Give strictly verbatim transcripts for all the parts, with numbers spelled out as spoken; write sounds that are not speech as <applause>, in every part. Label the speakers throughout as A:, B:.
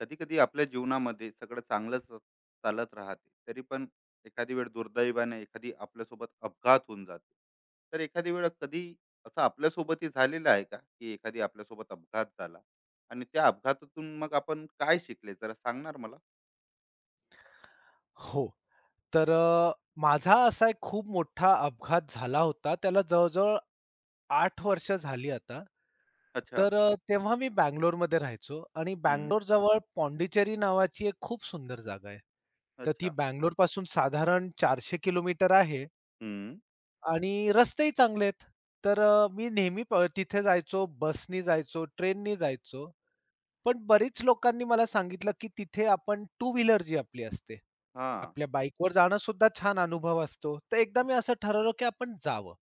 A: कधी कधी आपल्या जीवनामध्ये सगळं चांगलंच चालत राहते, तरी पण एखादी वेळ दुर्दैवाने एखादी आपल्यासोबत अपघात होऊन जाते. तर एखादी वेळ कधी असं आपल्यासोबतही झालेलं आहे का, की एखादी आपल्यासोबत अपघात झाला आणि त्या अपघातातून मग आपण काय शिकले, जरा सांगणार मला?
B: हो. तर अ, माझा असा एक खूप मोठा अपघात झाला होता. त्याला जवळ आठ वर्ष झाली आता.
A: अच्छा.
B: तर अ, तेव्हा मी बंगलोरमध्ये राहायचो आणि
A: हम्म.
B: बंगलोरजवळ पॉंडिचेरी नावाची एक खूप सुंदर जागा आहे. तर ती
A: अच्छा.
B: बंगलोरपासून साधारण चारशे किलोमीटर आहे
A: हम्म.
B: आणि रस्तेही चांगले आहेत. तर अ, मी नेहमी प तिथे जायचो, बसनी जायचो, ट्रेननी जायचो. पण बरीच लोकांनी मला सांगितलं, की तिथे आपण टू व्हीलर जी आपली असते,
A: हा.
B: आपल्या बाईकवर जाणं सुद्धा छान अनुभव असतो. तर एकदा मी असं ठरवलं, की आपण जावं.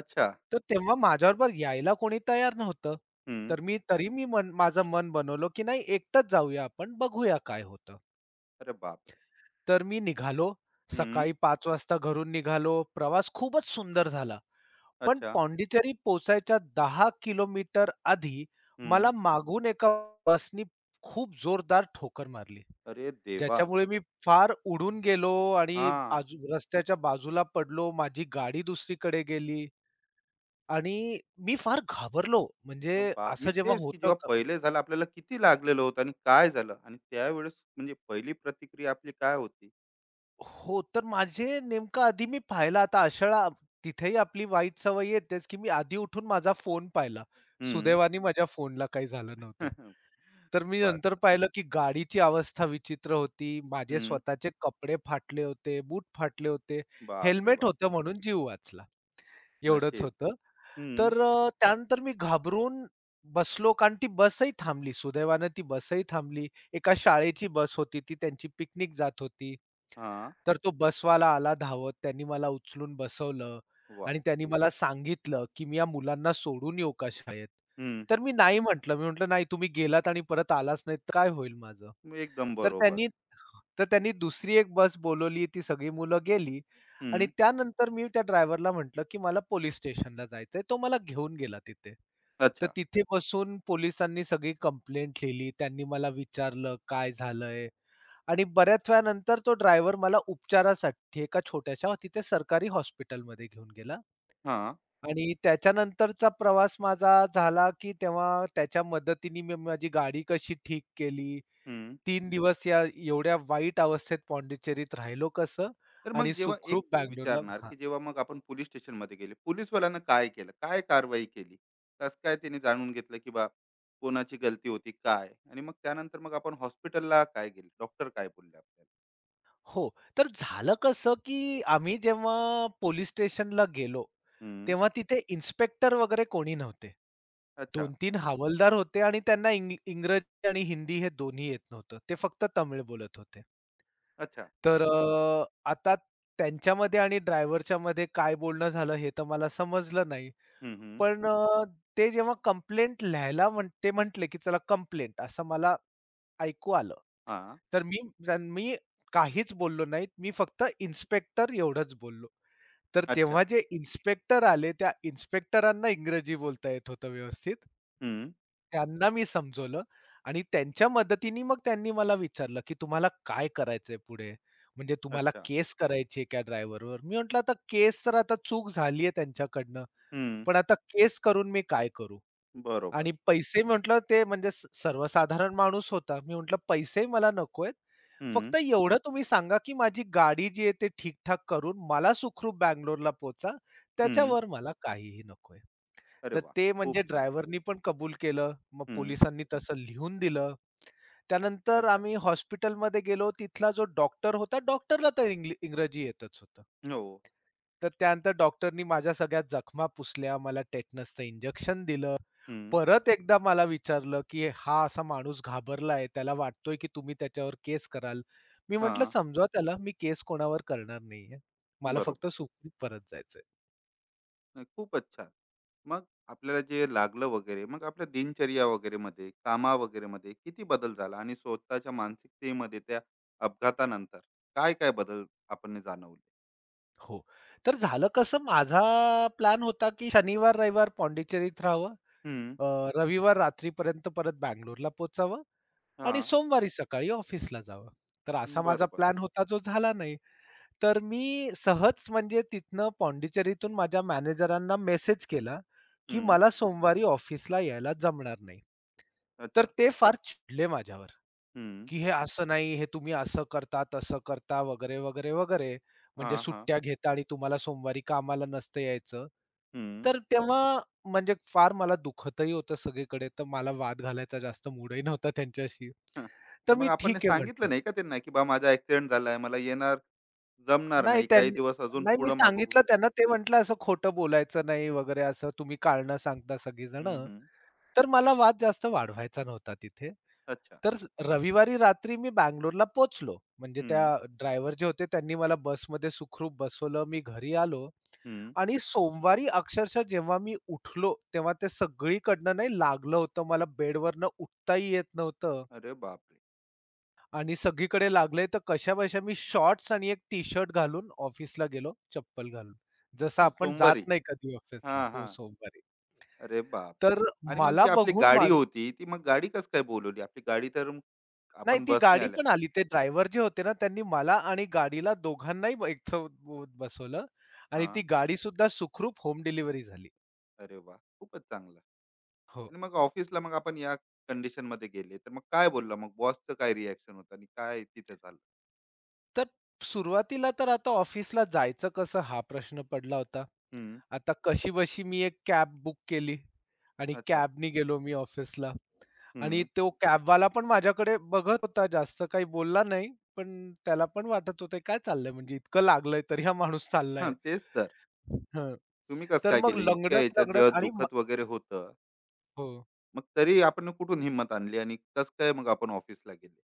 A: अच्छा.
B: तर तेव्हा माझ्याबरोबर यायला कोणी तयार नव्हतं.
A: हम्म.
B: तर मी तरी मी मन माझं मन बनवलं, की नाही एकटंच जाऊया आपण, बघूया काय होतं.
A: अरे बापरे.
B: तर मी निघालो.
A: हम्म.
B: सकाळी पाच वाजता घरून निघालो. प्रवास खूपच सुंदर झाला. पण
A: अच्छा.
B: पॉंडिचेरी पोहोचायच्या दहा किलोमीटर आधी
A: हम्म.
B: मला मागून एका बसनी खूप जोरदार ठोकर मारली.
A: अरे देवा.
B: ज्याच्यामुळे मी फार उडून गेलो आणि
A: हा.
B: आजू रस्त्याच्या बाजूला पडलो. माझी गाडी दुसरीकडे गेली आणि मी फार घाबरलो.
A: अ,
B: म्हणजे
A: बाप! मी
B: असं जेव्हा
A: तेच, की
B: होतं
A: जेव्हा
B: क
A: पहिले झालं आपल्याला, किती लागलेलं होतं आणि काय झालं? आणि त्यावेळेस म्हणजे पहिली प्रतिक्रिया आपली काय होती?
B: हो, तर माझे नेमकं आधी मी पाहिला आता अशाळा तिथेही आपली वाईट सवय येतेच, की मी आधी उठून माझा फोन पाहिला.
A: हं.
B: सुदैवाने माझ्या फोनला काही झालं नव्हतं.
A: <laughs>
B: तर मी नंतर
A: वाचला.
B: पाहिलं, की गाडीची अवस्था विचित्र होती. माझे
A: हं.
B: स्वतःचे कपडे फाटले होते, बूट फाटले होते.
A: बापरे
B: हेल्मेट
A: बाप!
B: होतं म्हणून जीव वाचला. एवढंच
A: नशीब.
B: होतं.
A: हं.
B: तर अ, त्यानंतर मी घाबरून बसलो, कारण ती बसही थांबली. सुदैवानं ती बसही थांबली. एका शाळेची बस होती, ती त्यांची पिकनिक जात होती.
A: हां.
B: तर तो बसवाला आला धावत. त्यांनी मला उचलून बसवलं
A: वाह!
B: आणि त्यांनी मला सांगितलं, की "मी या मुलांना सोडून येऊ का शाळेत?"
A: हं.
B: तर मी नाही म्हटलं. मी म्हटलं, "नाही, तुम्ही गेलात आणि परत आलाच नाही तर काय होईल माझं?"
A: एकदम
B: तर
A: बरोबर.
B: त्यांनी तर त्यांनी दुसरी एक बस बोलावली. ती सगळी मुलं गेली आणि
A: हं.
B: त्यानंतर मी त्या ड्रायव्हरला म्हटलं, की "मला पोलिस स्टेशनला जायचंय." तो मला घेऊन गेला तिथे. तर
A: अच्छा.
B: तिथे बसून पोलिसांनी सगळी कंप्लेंट लिहिली. त्यांनी मला विचारलं, "काय झालंय?" आणि बऱ्याच वेळानंतर तो ड्रायव्हर मला उपचारासाठी एका छोट्याशा तिथे सरकारी हॉस्पिटलमध्ये घेऊन गेला
A: हां.
B: आणि त्याच्यानंतरचा प्रवास माझा झाला, की तेव्हा त्याच्या मदतीने मी माझी गाडी कशी ठीक केली.
A: हं.
B: तीन दिवस या एवढ्या वाईट अवस्थेत पॉंडिचेरीत राहिलो कसं
A: तर मग
B: आणि
A: जेव्हा एक
B: सुखरूप बंगलोरला.
A: विचारणार, की जेव्हा मग आपण पोलीस स्टेशनमध्ये गेले, पोलीसवाल्यानं काय केलं? काय कारवाई केली? कसं काय त्याने जाणून घेतलं, की बा कोणाची गलती होती, काय? आणि मग त्यानंतर मग आपण हॉस्पिटलला काय गेले? डॉक्टर काय बोलले आपल्याला?
B: हो. तर झालं कसं, की आम्ही जेव्हा पोलिस स्टेशनला गेलो,
A: हं.
B: तेव्हा तिथे इन्स्पेक्टर वगैरे कोणी नव्हते.
A: अच्छा.
B: दोन तीन हवालदार होते आणि त्यांना इंग इंग्रजी आणि हिंदी हे दोन्ही येत नव्हतं. ते फक्त तमिळ बोलत होते.
A: अच्छा.
B: तर अ, आता त्यांच्यामध्ये आणि ड्रायव्हरच्यामध्ये काय बोलणं झालं हे तर मला समजलं नाही.
A: हं, हं.
B: पण अ, ते जेव्हा कंप्लेंट लिहायला म्हण ते म्हटले, की चला कंप्लेंट असं मला ऐकू आलं.
A: हां.
B: तर मी तर मी काहीच बोललो नाही. मी फक्त इन्स्पेक्टर एवढंच बोललो. तर तेव्हा
A: अच्छा.
B: जे इन्स्पेक्टर आले, त्या इन्स्पेक्टरांना इंग्रजी बोलता येत होतं व्यवस्थित.
A: हं.
B: त्यांना मी समजवलं आणि त्यांच्या मदतीने मग त्यांनी मला विचारलं, की "तुम्हाला काय करायचंय पुढे? म्हणजे तुम्हाला
A: अच्छा.
B: केस करायची आहे का ड्रायव्हरवर?" मी म्हटलं, "आता केस तर आता चूक झाली आहे त्यांच्याकडनं,
A: हं.
B: पण आता केस करून मी काय करू?"
A: बरोबर.
B: आणि पैसे म्हटलं ते म्हणजे स सर्वसाधारण माणूस होता. मी म्हटलं, "पैसे मला नकोयत.
A: हं,
B: फक्त एवढं तुम्ही सांगा, की माझी गाडी जी आहे ते ठीक-ठाक करून मला सुखरूप बंगलोरला पोहचा.
A: हं.
B: त्याच्यावर मला काहीही नकोय."
A: अरे
B: तर
A: वाह!
B: ते
A: खूप
B: म्हणजे
A: छान.
B: ड्रायव्हरनी पण कबूल केलं. मग
A: हं.
B: पोलिसांनी तसं लिहून दिलं. त्यानंतर
A: अच्छा.
B: आम्ही हॉस्पिटलमध्ये गेलो. तिथला जो डॉक्टर होता, डॉक्टरला तर इंग्ल इंग्रजी येतच होतं.
A: हो.
B: तर त्यानंतर डॉक्टरनी माझ्या सगळ्या जखमा पुसल्या. मला टेटनसचं इंजेक्शन दिलं.
A: हं.
B: परत एकदा मला विचारलं, की हा असा माणूस घाबरलाय, त्याला वाटतोय, की तुम्ही त्याच्यावर केस कराल. मी म्हटलं,
A: हां.
B: "समजवा त्याला, मी केस कोणावर करणार नाहीये. मला फक्त
A: बरोबर.
B: सुखरूप परत जायचंय."
A: नाही, खूपच छान. मग आपल्याला जे लागलं वगैरे, मग आपल्या दिनचर्या वगैरे मध्ये, कामा वगैरे मध्ये किती बदल झाला आणि स्वतःच्या मानसिकतेमध्ये त्या अपघातानंतर काय काय बदल आपण जाणवले?
B: हो. तर झालं कसं, माझा प्लॅन होता, की शनिवार, रविवार पॉंडिचेरीत राहावं,
A: हम्म.
B: अ, रविवार रात्रीपर्यंत परत बंगलोरला पोहोचावं
A: हा.
B: आणि सोमवारी सकाळी ऑफिसला जावं. तर
A: हम्म,
B: असा माझा
A: बरोबर.
B: प्लॅन होता, जो झाला नाही. तर मी सहज म्हणजे तिथनं पॉंडिचेरीतून माझ्या मॅनेजरांना मेसेज केला, की
A: हम्म.
B: मला सोमवारी ऑफिसला यायला जमणार नाही. तर
A: अच्छा.
B: ते फार चिडले माझ्यावर,
A: हम्म.
B: की "हे असं नाही, हे तुम्ही असं करता, तसं करता" वगैरे, वगैरे, वगैरे.
A: हा
B: म्हणजे
A: हा.
B: सुट्ट्या घेता आणि तुम्हाला सोमवारी कामाला नसतं यायचं.
A: हम्म.
B: तर तेव्हा म्हणजे फार मला दुखतही होतं सगळीकडे, तर मला वाद घालायचा जास्त मूडही नव्हता त्यांच्याशी.
A: हा.
B: तर
A: तर मग
B: मी
A: आपण हे
B: "ठीक आहे"
A: सांगितलं
B: म्हटलं.
A: नाही का त्यांना, की बा माझा ऍक्सिडेंट झालाय, मला येणार जमणार
B: नाही
A: नाही काही
B: त्यांनी
A: दिवस, अजून
B: नाही मी
A: पुढं मागं होऊ.
B: सांगितलं त्यांना, ते म्हटलं असं खोटं बोलायचं नाही वगैरे असं तुम्ही कारणं सांगता
A: हम्म
B: सगळीजणं.
A: हम्म.
B: तर मला वाद जास्त वाढवायचा नव्हता तिथे.
A: अच्छा.
B: तर रविवारी रात्री मी बंगलोरला पोहोचलो. म्हणजे
A: हम्म
B: त्या ड्रायव्हर जे होते त्यांनी मला बसमध्ये सुखरूप बसवलं. मी घरी आलो
A: हम्म.
B: आणि सोमवारी अक्षरशः जेव्हा मी उठलो, तेव्हा ते सगळीकडनं नाही लागलं होतं. मला बेडवरनं उठताही येत नव्हतं.
A: अरे बापरे.
B: आणि सगळीकडे लागलंय तर कशाबशा मी शॉर्ट्स आणि एक टी-शर्ट घालून ऑफिसला गेलो, चप्पल घालून. जसं
A: <laughs>
B: आपण
A: सोमवारी.
B: जात नाही कधी
A: हा
B: ऑफिसला
A: हा.
B: हो, सोमवारी.
A: अरे बापरे!
B: तर
A: आणि मग
B: मला
A: जी आपली
B: बघून मा
A: गाडी होती, ती मग गाडी कसं काय बोलवली? आपली गाडी तर
B: नाही,
A: आपण
B: ती
A: बसने
B: गाडी
A: आल्या.
B: पण आली. ते ड्रायव्हर जे होते ना, त्यांनी मला आणि गाडीला दोघांनाही ब एकसोबत बसवलं आणि ती
A: हां.
B: गाडीसुद्धा सुखरूप होम डिलिव्हरी झाली.
A: अरे वाह! खूपच चांगलं.
B: हो.
A: आणि मग ऑफिसला मग आपण या कंडिशनमध्ये गेले, तर मग काय बोलला, मग बॉसचं काय रिएक्शन होतं आणि काय तिथे झालं?
B: तर सुरुवातीला तर आता ऑफिसला जायचं कसं हा प्रश्न पडला होता.
A: हं.
B: आता कशी बशी मी एक कॅब बुक केली आणि
A: अच्छा.
B: कॅबनी गेलो मी ऑफिसला आणि
A: हं.
B: तो कॅबवाला पण माझ्याकडे बघत होता. जास्त काही बोलला नाही. पण त्याला पण वाटत होतं काय चाललंय म्हणजे इतकं लागलंय तरी हा माणूस
A: हां,
B: चाललाय.
A: तेच तर.
B: हं.
A: तुम्ही कसं
B: तर
A: काय
B: मग
A: केले? इतक्या याच्यात जेव्हा
B: लंगडत-लंगडत आणि मा
A: दुखत वगैरे होतं,
B: हो.
A: मग तरी आपण कुठून हिंमत आणली आणि कसं काय मग आपण ऑफिसला गेले?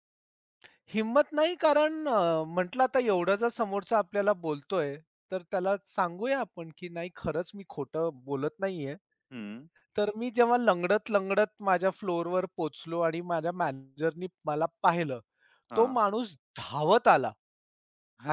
B: हिंमत नाही कारण अ, म्हटलं आता एवढं जर समोरचा आपल्याला बोलतोय, तर त्याला सांगूया आपण, की नाही खरंच मी खोटं बोलत नाहीये.
A: हं.
B: तर मी जेव्हा लंगडत-लंगडत माझ्या फ्लोअरवर पोहोचलो आणि माझ्या मॅनेजरनी मला पाहिलं. तो
A: हां.
B: माणूस धावत आला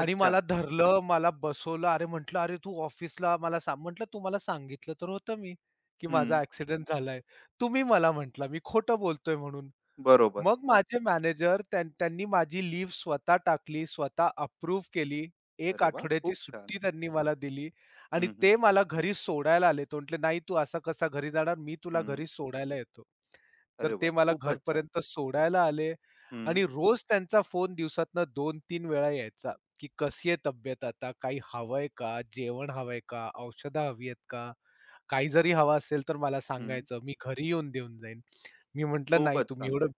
B: आणि मला धरलं, मला बसवलं. अरे, म्हटलं, "अरे, तू ऑफिसला मला सांग." म्हटलं, "तुम्हाला सांगितलं तर होतं मी, की माझा
A: हं.
B: ॲक्सिडेंट झालाय. तुम्ही मला म्हटला मी खोटं बोलतोय म्हणून."
A: बरोबर.
B: मग माझे मॅनेजर त्यां त्यांनी माझी लीव्ह स्वतः टाकली, स्वतः अप्रूव्ह केली. एक
A: अरे वाह!
B: आठवड्याची
A: खूप छान.
B: सुट्टी त्यांनी मला दिली आणि
A: हं, हं.
B: ते मला घरी सोडायला आले. ते म्हटले, "नाही तू असा कसा घरी जाणार? मी तुला
A: हं.
B: घरी सोडायला येतो." तर
A: अरे वा,
B: ते मला
A: खूपच छान.
B: घरपर्यंत सोडायला आले
A: हं,
B: आणि रोज त्यांचा फोन दिवसातनं दोन-तीन वेळा यायचा, की "कशी आहे तब्येत आता? काही हवंय का? जेवण हवंय का? औषधं हवी आहेत का? काही जरी हवं असेल तर मला
A: हं.
B: सांगायचं. मी घरी येऊन देऊन जाईन." मी म्हटलं, "नाही
A: खूपच
B: तुम्ही एवढं
A: चांगलं.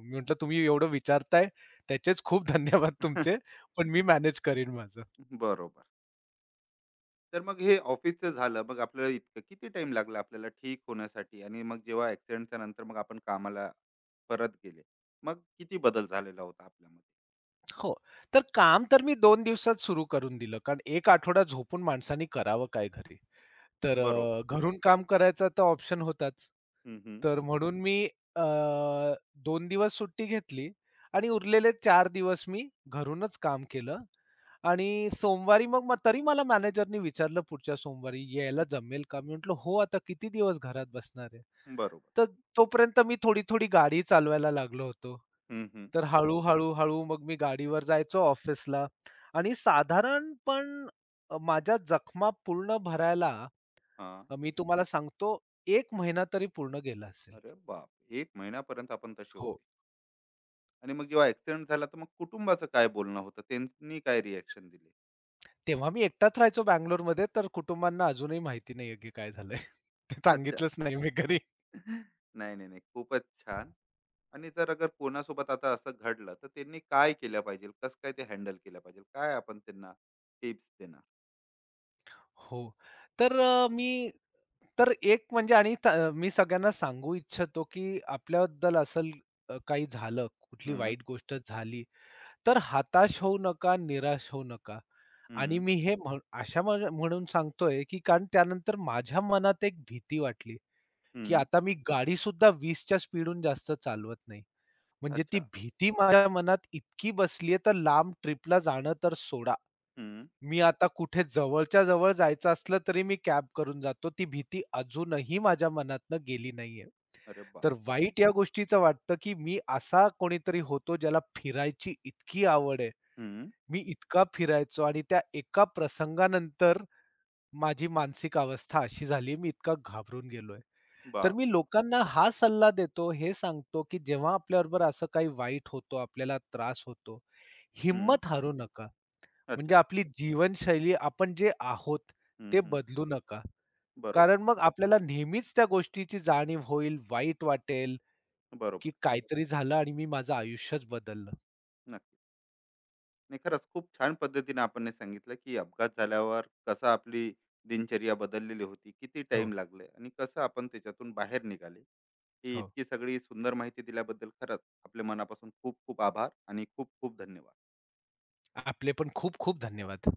B: मी म्हटलं, "तुम्ही एवढं विचारताय त्याचेच खूप <laughs> धन्यवाद तुमचे,
A: <laughs>
B: पण मी मॅनेज करीन माझं.
A: बरोबर. तर मग हे ऑफिसचं झालं. मग आपल्याला इतकं किती टाइम लागला आपल्याला ठीक होण्यासाठी आणि मग जेव्हा ॲक्सिडेंटच्या नंतर मग आपण कामाला परत गेले, मग किती बदल झालेला होता आपल्यामध्ये?
B: हो, तर काम तर मी दोन दिवसात सुरू करून दिलं. कारण एक आठवडा झोपून माणसाने करावं काय घरी? तर
A: बरोबर.
B: अ, घरून काम करायचा तर ऑप्शन होताच.
A: हं, हं.
B: तर म्हणून मी अ, दोन दिवस सुट्टी घेतली आणि उरलेले चार दिवस मी घरूनच काम केलं आणि सोमवारी मग म- तरी मला मॅनेजरनी विचारलं पुढच्या सोमवारी, "यायला जमेल का?" मी म्हटलं, "हो, आता किती दिवस घरात बसणार आहे?"
A: बरोबर.
B: तर तोपर्यंत मी थोडी-थोडी गाडी चालवायला लागलो होतो.
A: हं, हं.
B: तर हळू-हळू, हळू हळू मग मी गाडीवर जायचो ऑफिसला आणि साधारण पण अ, माझ्या जखमा पूर्ण भरायला
A: हां.
B: अ, मी तुम्हाला सांगतो एक महिना तरी पूर्ण गेला असेल.
A: अरे बाप! एक महिन्यापर्यंत आपण तसे
B: हो.
A: होते. आणि मग जेव्हा ॲक्सिडेंट झाला, तर मग कुटुंबाचं काय बोलणं होतं? त्यांनी काय रिएक्शन दिली?
B: तेव्हा मी एकटाच राहायचो बंगलोरमध्ये तर कुटुंबांना अजूनही माहिती नाहीये की काय झालंय. <laughs> ते
A: अच्छा.
B: सांगितलंच नाही मी घरी.
A: <laughs> नाही, नाही, नाही. खूपच छान. आणि जर अगर कोणासोबत आता असं घडलं, तर त्यांनी काय केलं पाहिजे, कसं काय ते हँडल केलं पाहिजे, काय आपण त्यांना टिप्स देणार?
B: हो. तर अ, मी तर एक म्हणजे आणि त मी सगळ्यांना सांगू इच्छितो, की आपल्याबद्दल असं अ, काही झालं, कुठली
A: हम्म
B: वाईट गोष्ट झाली, तर हताश होऊ नका, निराश होऊ नका. आणि
A: हम्म.
B: मी हे म्हण अशा म्हण म्हणून सांगतोय, की कारण त्यानंतर माझ्या मनात एक भीती वाटली, की
A: हम्म.
B: आता मी गाडीसुद्धा वीसच्या स्पीडहून जास्त चालवत नाही. म्हणजे ती
A: अच्छा.
B: भीती माझ्या मनात इतकी बसलीये, तर लांब ट्रिपला जाणं तर सोडा.
A: हम्म.
B: मी आता कुठे जवळच्या जवळ जायचं असलं तरी मी कॅब करून जातो. ती भीती अजूनही माझ्या मनातनं गेली नाहीये.
A: अरे
B: तर
A: बापरे.
B: वाईट या गोष्टीचं वाटतं, की मी असा कोणीतरी होतो ज्याला फिरायची इतकी आवड आहे.
A: हम्म.
B: मी इतका फिरायचो आणि त्या एका प्रसंगानंतर माझी मानसिक अवस्था अशी झाली, मी इतका घाबरून गेलोय. तर मी
A: बापरे बाप.
B: लोकांना हा सल्ला देतो, हे सांगतो, की जेव्हा आपल्याबरोबर असं काही वाईट होतो, आपल्याला त्रास होतो,
A: हम्म.
B: हिंमत हारू नका. म्हणजे
A: अच्छा.
B: आपली जीवनशैली आपण जे आहोत
A: हम्म
B: ते
A: हम्म.
B: बदलू नका.
A: बरोबर.
B: कारण मग आपल्याला नेहमीच त्या गोष्टीची जाणीव होईल, वाईट वाटेल,
A: बरोबर.
B: की काहीतरी झालं आणि मी माझं आयुष्यच बदललं.
A: नक्की. नाही, खरंच खूप छान पद्धतीने आपण हे सांगितलं, की अपघात झाल्यावर कसं आपली दिनचर्या बदललेली होती, किती टाइम
B: हो,
A: लागले आणि कसं आपण त्याच्यातून बाहेर निघाले. ही
B: हो.
A: इतकी सगळी सुंदर माहिती दिल्याबद्दल खरंच आपल्या मनापासून खूप खूप आभार आणि खूप खूप धन्यवाद.
B: आपले पण खूप खूप धन्यवाद.